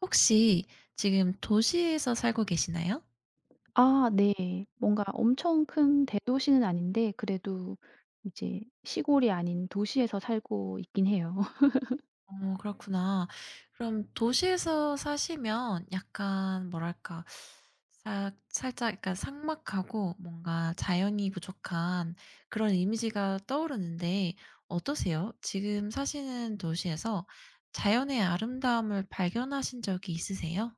혹시 지금 도시에서 살고 계시나요? 아 네. 뭔가 엄청 큰 대도시는 아닌데 그래도 이제 시골이 아닌 도시에서 살고 있긴 해요. 어, 그렇구나. 그럼 도시에서 사시면 약간 뭐랄까 살짝 약간 삭막하고 뭔가 자연이 부족한 그런 이미지가 떠오르는데 어떠세요? 지금 사시는 도시에서 자연의 아름다움을 발견하신 적이 있으세요?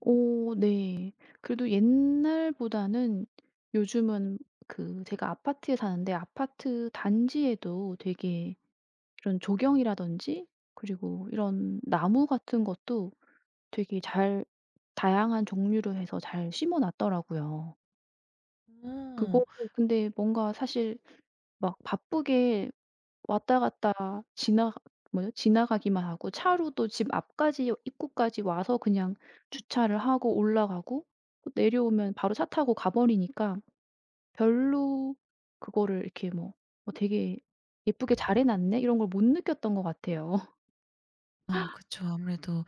오, 네. 그래도 옛날보다는 요즘은 그 제가 아파트에 사는데 아파트 단지에도 되게 이런 조경이라든지, 그리고 이런 나무 같은 것도 되게 잘 다양한 종류로 해서 잘 심어 놨더라고요. 어. 그거 근데 뭔가 사실 막 바쁘게 왔다 갔다 지나, 뭐죠? 지나가기만 하고, 차로도 집 앞까지, 입구까지 와서 그냥 주차를 하고 올라가고, 또 내려오면 바로 차 타고 가 버리니까 별로 그거를 이렇게 뭐 되게 예쁘게 잘해 놨네.' 이런 걸 못 느꼈던 것 같아요. 아, 그쵸. 아무래도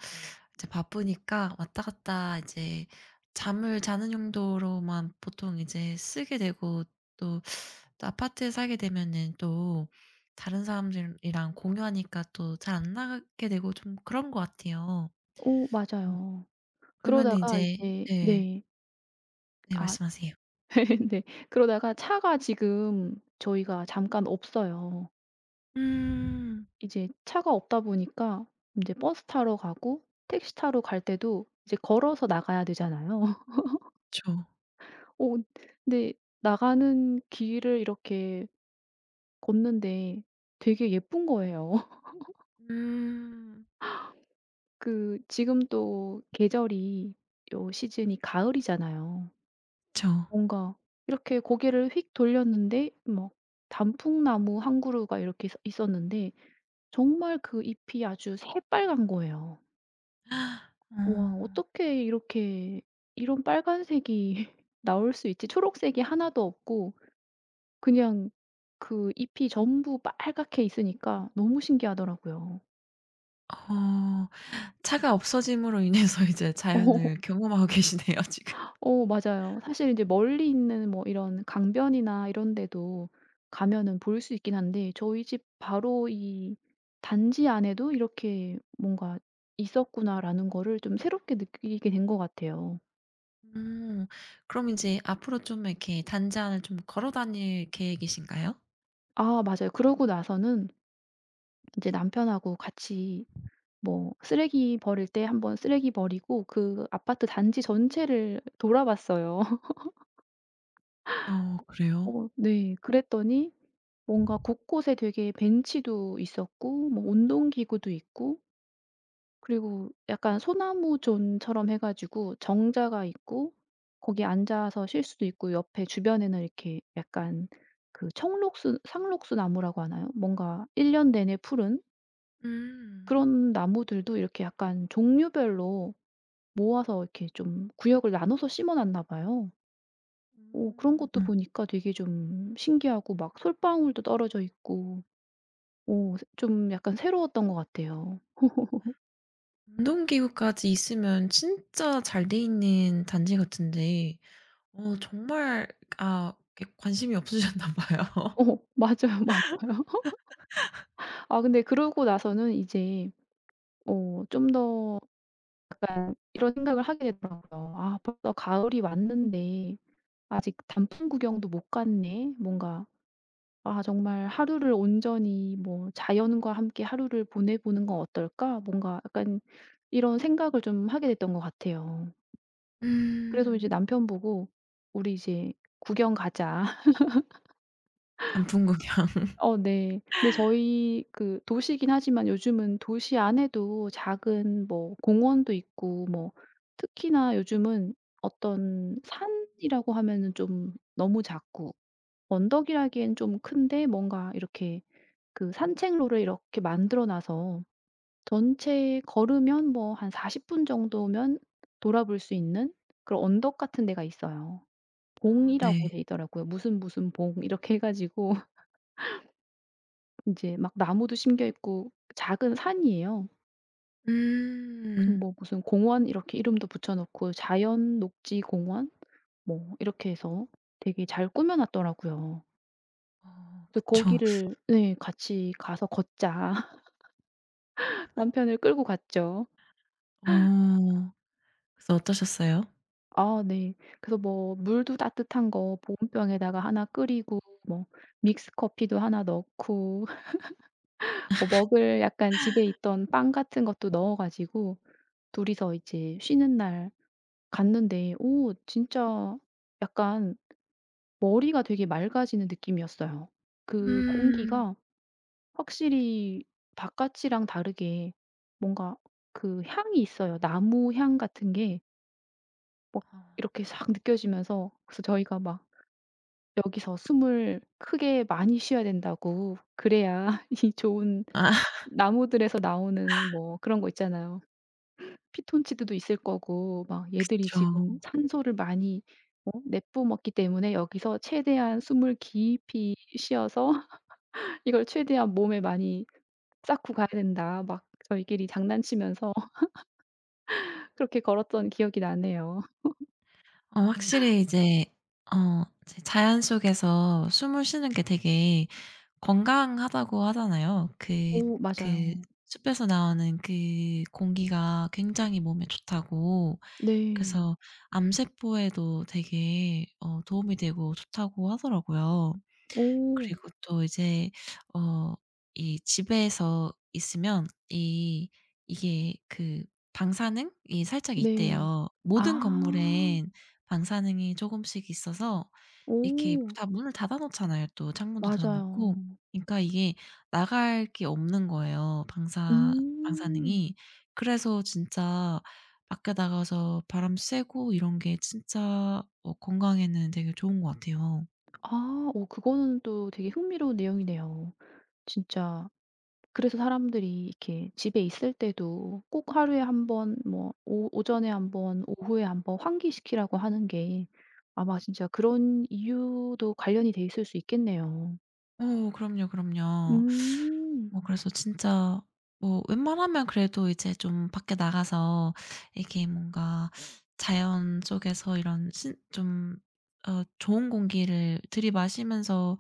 이제 바쁘니까 왔다 갔다 이제 잠을 자는 용도로만 보통 이제 쓰게 되고 또, 아파트에 살게 되면은 또 다른 사람들이랑 공유하니까 또 잘 안 나가게 되고 좀 그런 것 같아요. 오 음 맞아요. 그러면 그러다가 이제 이제, 네. 네. 네, 아, 말씀하세요. 네. 그러다가 차가 지금 저희가 잠깐 없어요. 음. 이제 차가 없다 보니까 이제 버스 타러 가고 택시 타러 갈 때도 이제 걸어서 나가야 되잖아요. 저. 어 근데 나가는 길을 이렇게 걷는데 되게 예쁜 거예요. 음. 그 지금 또 계절이, 요 시즌이 가을이잖아요. 저. 뭔가 이렇게 고개를 휙 돌렸는데 막 단풍나무 한 그루가 이렇게 있 있었는데 정말 그 잎이 아주 새빨간 거예요. 어. 와, 어떻게 이렇게 이런 빨간색이 나올 수 있지? 초록색이 하나도 없고, 그냥 그 잎이 전부 빨갛게 있으니까 너무 신기하더라고요. 어. 차가 없어짐으로 인해서 이제 어 자연을 경험하고 계시네요 지금. 어 맞아요. 사실 이제 멀리 있는 뭐 이런 강변이나 이런 데도 가면은 볼 수 있긴 한데, 저희 집 바로 이 단지 안에도 이렇게 뭔가 있었구나라는 거를 좀 새롭게 느끼게 된 것 같아요. 음. 그럼 이제 앞으로 좀 이렇게 단장을 좀 걸어 다닐 계획이신가요? 아, 맞아요. 그러고 나서는 이제 남편하고 같이 뭐 쓰레기 버릴 때, 한번 쓰레기 버리고 그 아파트 단지 전체를 돌아봤어요. 어, 그래요? 어 네. 그랬더니 뭔가 곳곳에 되게 벤치도 있었고, 뭐 운동기구도 있고, 그리고 약간 소나무 존처럼 해 가지고 정자가 있고, 거기 앉아서 쉴 수도 있고, 옆에 주변에는 이렇게 약간, 그 청록수, 상록수 나무라고 하나요? 뭔가 1년 내내 푸른 음. 그런 나무들도 이렇게 약간 종류별로 모아서 이렇게 좀 구역을 나눠서 심어 놨나 봐요. 그런 음. 것도 음. 보니까 되게 좀 신기하고, 막 솔방울도 떨어져 있고, 좀 약간 새로웠던 것 같아요. 운동기구까지 있으면 진짜 잘 돼 있는 단지 같은데 어, 정말, 아, 이렇게 관심이 없으셨나 봐요. 어 맞아요, 맞아요. 아, 근데 그러고 나서는 이제 좀 더 약간 이런 생각을 하게 되더라고요. '아, 벌써 가을이 왔는데 아직 단풍 구경도 못 갔네.' 뭔가 '아, 정말 하루를 온전히 뭐 자연과 함께 하루를 보내보는 건 어떨까?' 뭔가 약간 이런 생각을 좀 하게 됐던 것 같아요. 그래서 음. 이제 남편 보고, "우리 이제 구경 가자." 단풍 구경. 어 네. 근데 저희 그 도시긴 하지만 요즘은 도시 안에도 작은 뭐 공원도 있고 뭐, 특히나 요즘은 어떤 산이라고 하면은 좀 너무 작고 언덕이라기엔 좀 큰데, 뭔가 이렇게 그 산책로를 이렇게 만들어 놔서 전체 걸으면 뭐 한 40분 정도면 돌아볼 수 있는 그런 언덕 같은 데가 있어요. 아, 네. 봉이라고 돼 있더라고요. 무슨 무슨 봉 이렇게 해 가지고, 이제 막 나무도 심겨 있고, 작은 산이에요. 그래서 음. 뭐 무슨 공원, 이렇게 이름도 붙여 놓고, 자연 녹지 공원 뭐 이렇게 해서 되게 잘 꾸며 놨더라고요. 어, 그래서 그쵸. 거기를, 네, 같이 가서 걷자, 남편을 끌고 갔죠. 어. 그래서 어떠셨어요? 아 네. 그래서 뭐 물도 따뜻한 거 보온병에다가 하나 끓이고, 뭐 믹스 커피도 하나 넣고, 뭐 먹을, 약간 집에 있던 빵 같은 것도 넣어 가지고 둘이서 이제 쉬는 날 갔는데, 오 진짜 약간 머리가 되게 맑아지는 느낌이었어요. 그 음. 공기가 확실히 바깥이랑 다르게 뭔가 그 향이 있어요. 나무 향 같은 게 막 어, 이렇게 싹 느껴지면서, 그래서 저희가 막 여기서 숨을 크게 많이 쉬어야 된다고. 그래야 이 좋은 아 나무들에서 나오는 뭐 그런 거 있잖아요. 피톤치드도 있을 거고, 막 얘들이 그쵸. 지금 산소를 많이 내뿜었기 때문에 여기서 최대한 숨을 깊이 쉬어서, 이걸 최대한 몸에 많이 쌓고 가야 된다. 막 저희끼리 장난치면서 그렇게 걸었던 기억이 나네요. 어. 음. 확실히 이제 이제 자연 속에서 숨을 쉬는 게 되게 건강하다고 하잖아요. 그 오 그 맞아요. 숲에서 나오는 그 공기가 굉장히 몸에 좋다고. 네. 그래서 암세포에도 되게 도움이 되고 좋다고 하더라고요. 오 그리고 또 이제 어 이 집에서 있으면 이 이게 그 방사능이 살짝 네. 있대요. 모든 아. 건물엔 방사능이 조금씩 있어서 이렇게 오 다 문을 닫아 놓잖아요 또. 창문도 닫아 놓고. 맞아요. 그러니까 이게 나갈 게 없는 거예요 방사 음. 방사능이. 그래서 진짜 밖에 나가서 바람 쐬고 이런 게 진짜 어 건강에는 되게 좋은 것 같아요. 아, 그거는 또 되게 흥미로운 내용이네요. 진짜 그래서 사람들이 이렇게 집에 있을 때도 꼭 하루에 한번, 뭐 오 오전에 한번, 오후에 한번 환기시키라고 하는 게 아마 진짜 그런 이유도 관련이 돼 있을 수 있겠네요. 어, 그럼요, 그럼요. 음. 뭐 그래서 진짜 뭐 웬만하면 그래도 이제 좀 밖에 나가서 이게 뭔가 자연 속에서 이런 신 좀 좋은 공기를 들이마시면서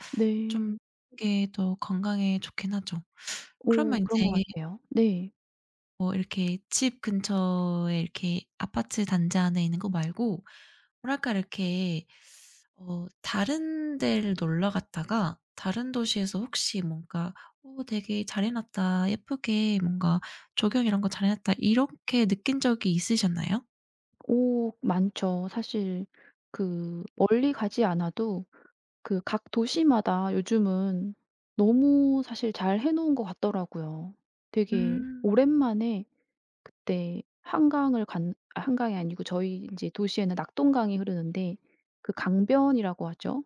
좀 네. 하게더 건강에 좋긴 하죠. 그러면 오 그런 인제 것 같아요. 네. 뭐 이렇게 집 근처에 이렇게 아파트 단지 안에 있는 거 말고 뭐랄까 이렇게 다른 데를 놀러 갔다가 다른 도시에서 혹시 뭔가 '어, 되게 잘해 놨다. 예쁘게 뭔가 조경 이런 거 잘해 놨다.' 이렇게 느낀 적이 있으셨나요? 오 많죠. 사실 그 멀리 가지 않아도 그 각 도시마다 요즘은 너무 사실 잘 해 놓은 것 같더라고요. 되게 음. 오랜만에, 그때 한강을 간, 아, 한강이 아니고 저희 인제 도시에는 낙동강이 흐르는데, 그 강변이라고 하죠.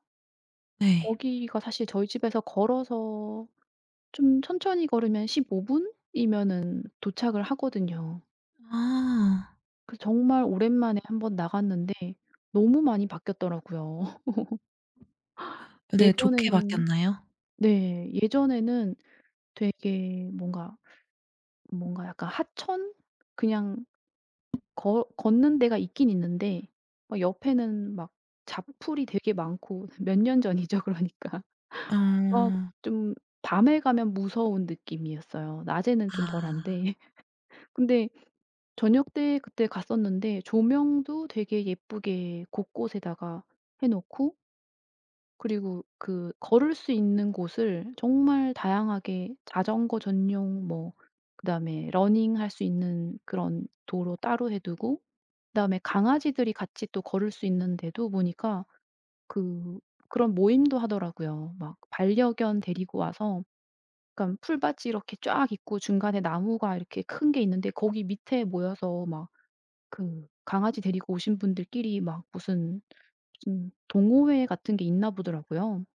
네. 거기가 사실 저희 집에서 걸어서 좀 천천히 걸으면 15 분이면은 도착을 하거든요. 아. 그래서 정말 오랜만에 한번 나갔는데 너무 많이 바뀌었더라고요. 네. 좋게 예전에는, 바뀌었나요? 네, 예전에는 되게 뭔가 약간 하천? 그냥 걷는 데가 있긴 있는데 막 옆에는 막 잡풀이 되게 많고, 몇 년 전이죠 그러니까. 막 어. 좀 밤에 가면 무서운 느낌이었어요. 낮에는 좀 아. 덜한데. 근데 저녁 때, 그때 갔었는데 조명도 되게 예쁘게 곳곳에다가 해 놓고, 그리고 그 걸을 수 있는 곳을 정말 다양하게, 자전거 전용 뭐, 그다음에 러닝할 수 있는 그런 도로 따로 해 두고, 그다음에 강아지들이 같이 또 걸을 수 있는 데도 보니까, 그 그런 모임도 하더라고요. 막 반려견 데리고 와서 약간 풀밭이 이렇게 쫙 있고, 중간에 나무가 이렇게 큰 게 있는데 거기 밑에 모여서 막 그 강아지 데리고 오신 분들끼리 막 무슨 무슨 동호회 같은 게 있나 보더라고요.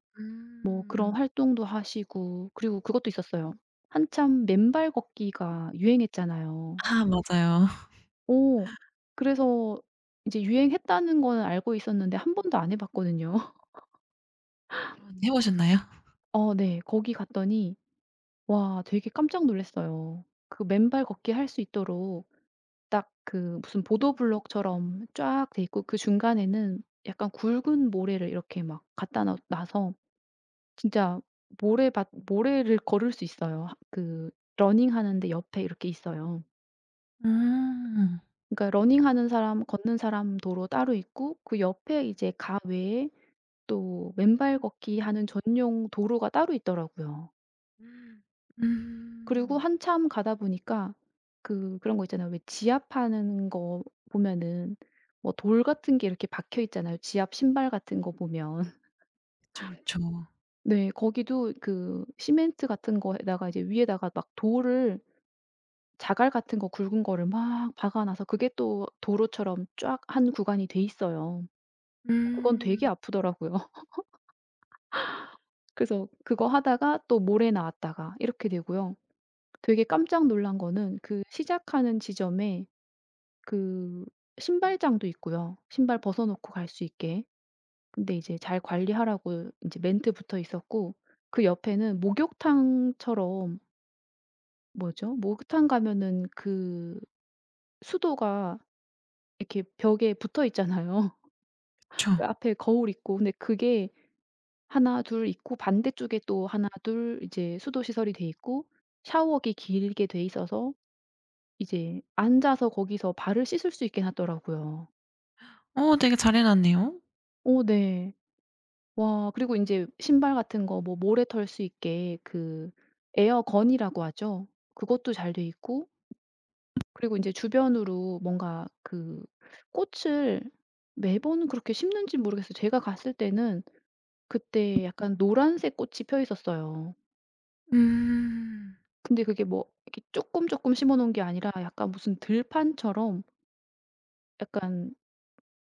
뭐 음. 그런 활동도 하시고, 그리고 그것도 있었어요. 한참 맨발 걷기가 유행했잖아요. 아, 맞아요. 어 그래서 이제 유행했다는 거는 알고 있었는데 한 번도 안 해 봤거든요. 아, 해 보셨나요? 어 네. 거기 갔더니 와, 되게 깜짝 놀랐어요. 그 맨발 걷기 할 수 있도록 딱 그 무슨 보도블록처럼 쫙 돼 있고, 그 중간에는 약간 굵은 모래를 이렇게 막 갖다 놔 놔서 진짜 모래밭, 모래를 걸을 수 있어요. 하, 그 러닝하는데 옆에 이렇게 있어요. 음. 그러니까 러닝하는 사람, 걷는 사람 도로 따로 있고 그 옆에 이제 가외에 또 맨발 걷기 하는 전용 도로가 따로 있더라고요. 그리고 음. 한참 가다 보니까 그런 거 있잖아요. 왜 지압하는 거 보면은 뭐 돌 같은 게 이렇게 박혀 있잖아요. 지압 신발 같은 거 보면. 그쵸, 그쵸. 네. 거기도 그 시멘트 같은 거에다가 이제 위에다가 막 돌을, 자갈 같은 거 굵은 거를 막 박아 놔서 그게 또 도로처럼 쫙 한 구간이 돼 있어요. 그건 되게 음. 아프더라고요. 그래서 그거 하다가 또 모래 나왔다가 이렇게 되고요. 되게 깜짝 놀란 거는 그 시작하는 지점에 그 신발장도 있고요. 신발 벗어 놓고 갈 수 있게. 근데 이제 잘 관리하라고 이제 멘트 붙어 있었고, 그 옆에는 목욕탕처럼, 뭐죠? 목욕탕 가면은 그 수도가 이렇게 벽에 붙어 있잖아요. 그쵸. 그 앞에 거울 있고. 근데 그게 하나 둘 있고, 반대쪽에 또 하나 둘 이제 수도 시설이 돼 있고, 샤워기 길게 돼 있어서 이제 앉아서 거기서 발을 씻을 수 있게 놨더라고요. 어, 되게 잘해 놨네요. 어 네. 와, 그리고 인제 신발 같은 거 뭐, 모래 털 수 있게 그 에어건이라고 하죠. 그것도 잘 돼 있고. 그리고 인제 주변으로 뭔가 그 꽃을 매번 그렇게 심는진 모르겠어요. 제가 갔을 때는 그때 약간 노란색 꽃이 펴 있었어요. 음. 근데 그게 뭐 이렇게 쪼끔 쪼끔 심어 놓은 게 아니라 약간 무슨 들판처럼, 약간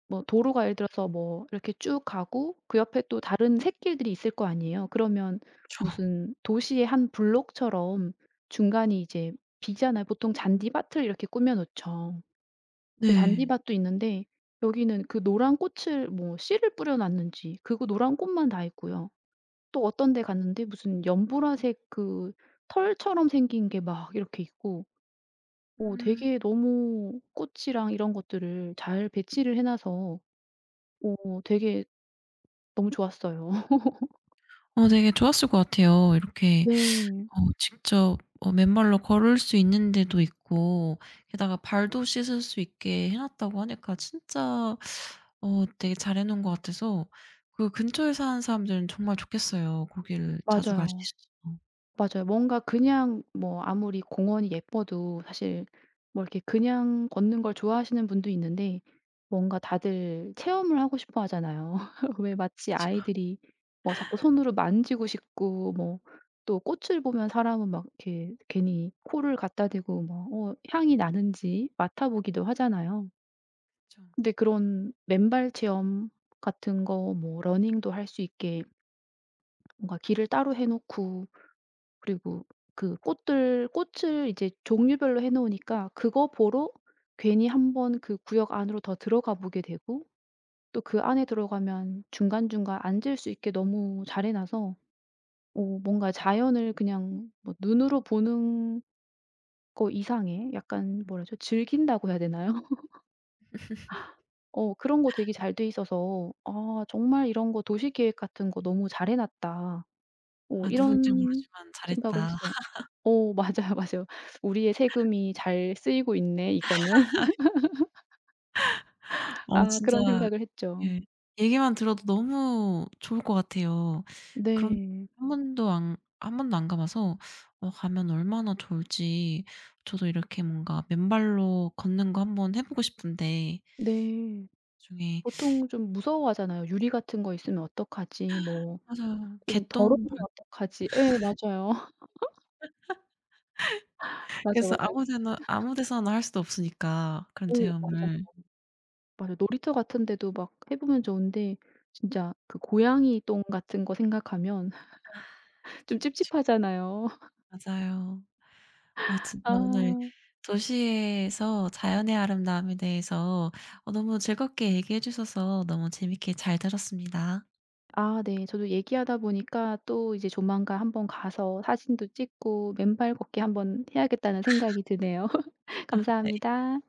뭐 도로가, 예를 들어서 뭐 이렇게 쭉 가고 그 옆에 또 다른 샛길들이 있을 거 아니에요. 그러면 그쵸. 무슨 도시의 한 블록처럼 중간이 이제 비잖아요. 보통 잔디밭을 이렇게 꾸며 놓죠. 근데 네. 잔디밭도 있는데 여기는 그 노란 꽃을 뭐 씨를 뿌려 놨는지 그거 노란 꽃만 다 있고요. 또 어떤 데 갔는데 무슨 연보라색, 그 털처럼 생긴 게 막 이렇게 있고, 음. 되게 너무 꽃이랑 이런 것들을 잘 배치를 해 놔서 되게 너무 좋았어요. 어, 되게 좋았을 것 같아요. 이렇게 네. 어 직접 어 맨발로 걸을 수 있는 데도 있고 게다가 발도 씻을 수 있게 해 놨다고 하니까 진짜 어 되게 잘해 놓은 것 같아서 그 근처에 사는 사람들은 정말 좋겠어요. 거기를 자주 갈 수 맞아요. 있어서. 맞아요. 뭔가 그냥 뭐 아무리 공원이 예뻐도 사실 뭐 이렇게 그냥 걷는 걸 좋아하시는 분도 있는데, 뭔가 다들 체험을 하고 싶어 하잖아요. 왜 마치 그쵸, 아이들이 뭐 자꾸 손으로 만지고 싶고, 뭐 또 꽃을 보면 사람은 막 이렇게 괜히 코를 갖다 대고 뭐 향이 나는지 맡아 보기도 하잖아요. 그쵸. 근데 그런 맨발 체험 같은 거, 뭐 러닝도 할 수 있게 뭔가 길을 따로 해 놓고, 그리고 그 꽃들, 꽃을 이제 종류별로 해 놓으니까 그거 보러 괜히 한번 그 구역 안으로 더 들어가 보게 되고, 또 그 안에 들어가면 중간중간 앉을 수 있게 너무 잘해 놔서 뭔가 자연을 그냥 뭐 눈으로 보는 거 이상의 약간, 뭐라 하죠? 즐긴다고 해야 되나요? 그런 거 되게 잘 돼 있어서, '아, 정말 이런 거 도시 계획 같은 거 너무 잘해 놨다.' 아, 누군지 이런 모르지만 생각을 잘했다. 했어요. 어, 맞아요, 맞아요. '우리의 세금이 잘 쓰이고 있네 이거는.' 어, 아, 진짜 그런 생각을 했죠. 예. 얘기만 들어도 너무 좋을 것 같아요. 그런데 네. 한 번도 안 가 봐서 어 가면 얼마나 좋을지 저도 이렇게 뭔가 맨발로 걷는 거 한번 해 보고 싶은데 네. 나중에. 보통 좀 무서워하잖아요. '유리 같은 거 있으면 어떡하지?' 뭐 맞아요. '좀 개똥, 더러우면 어떡하지?' 예 맞아요. 맞아, 밖에서 맞 아무 아 데나 아무 데서나 할 수도 없으니까 그런 오 맞아. 체험을. 맞아, 놀이터 같은 데도 막 해 보면 좋은데 진짜 그 고양이 똥 같은 거 생각하면 좀 그쵸, 그쵸. 찝찝하잖아요. 맞아요. 아, 진짜 오늘 아. 도시에서 자연의 아름다움에 대해서 어 너무 즐겁게 얘기해 주셔서 너무 재밌게 잘 들었습니다. 아 네. 저도 얘기하다 보니까 또 이제 조만간 한번 가서 사진도 찍고 맨발 걷기 한번 해야겠다는 생각이 드네요. 네. 감사합니다.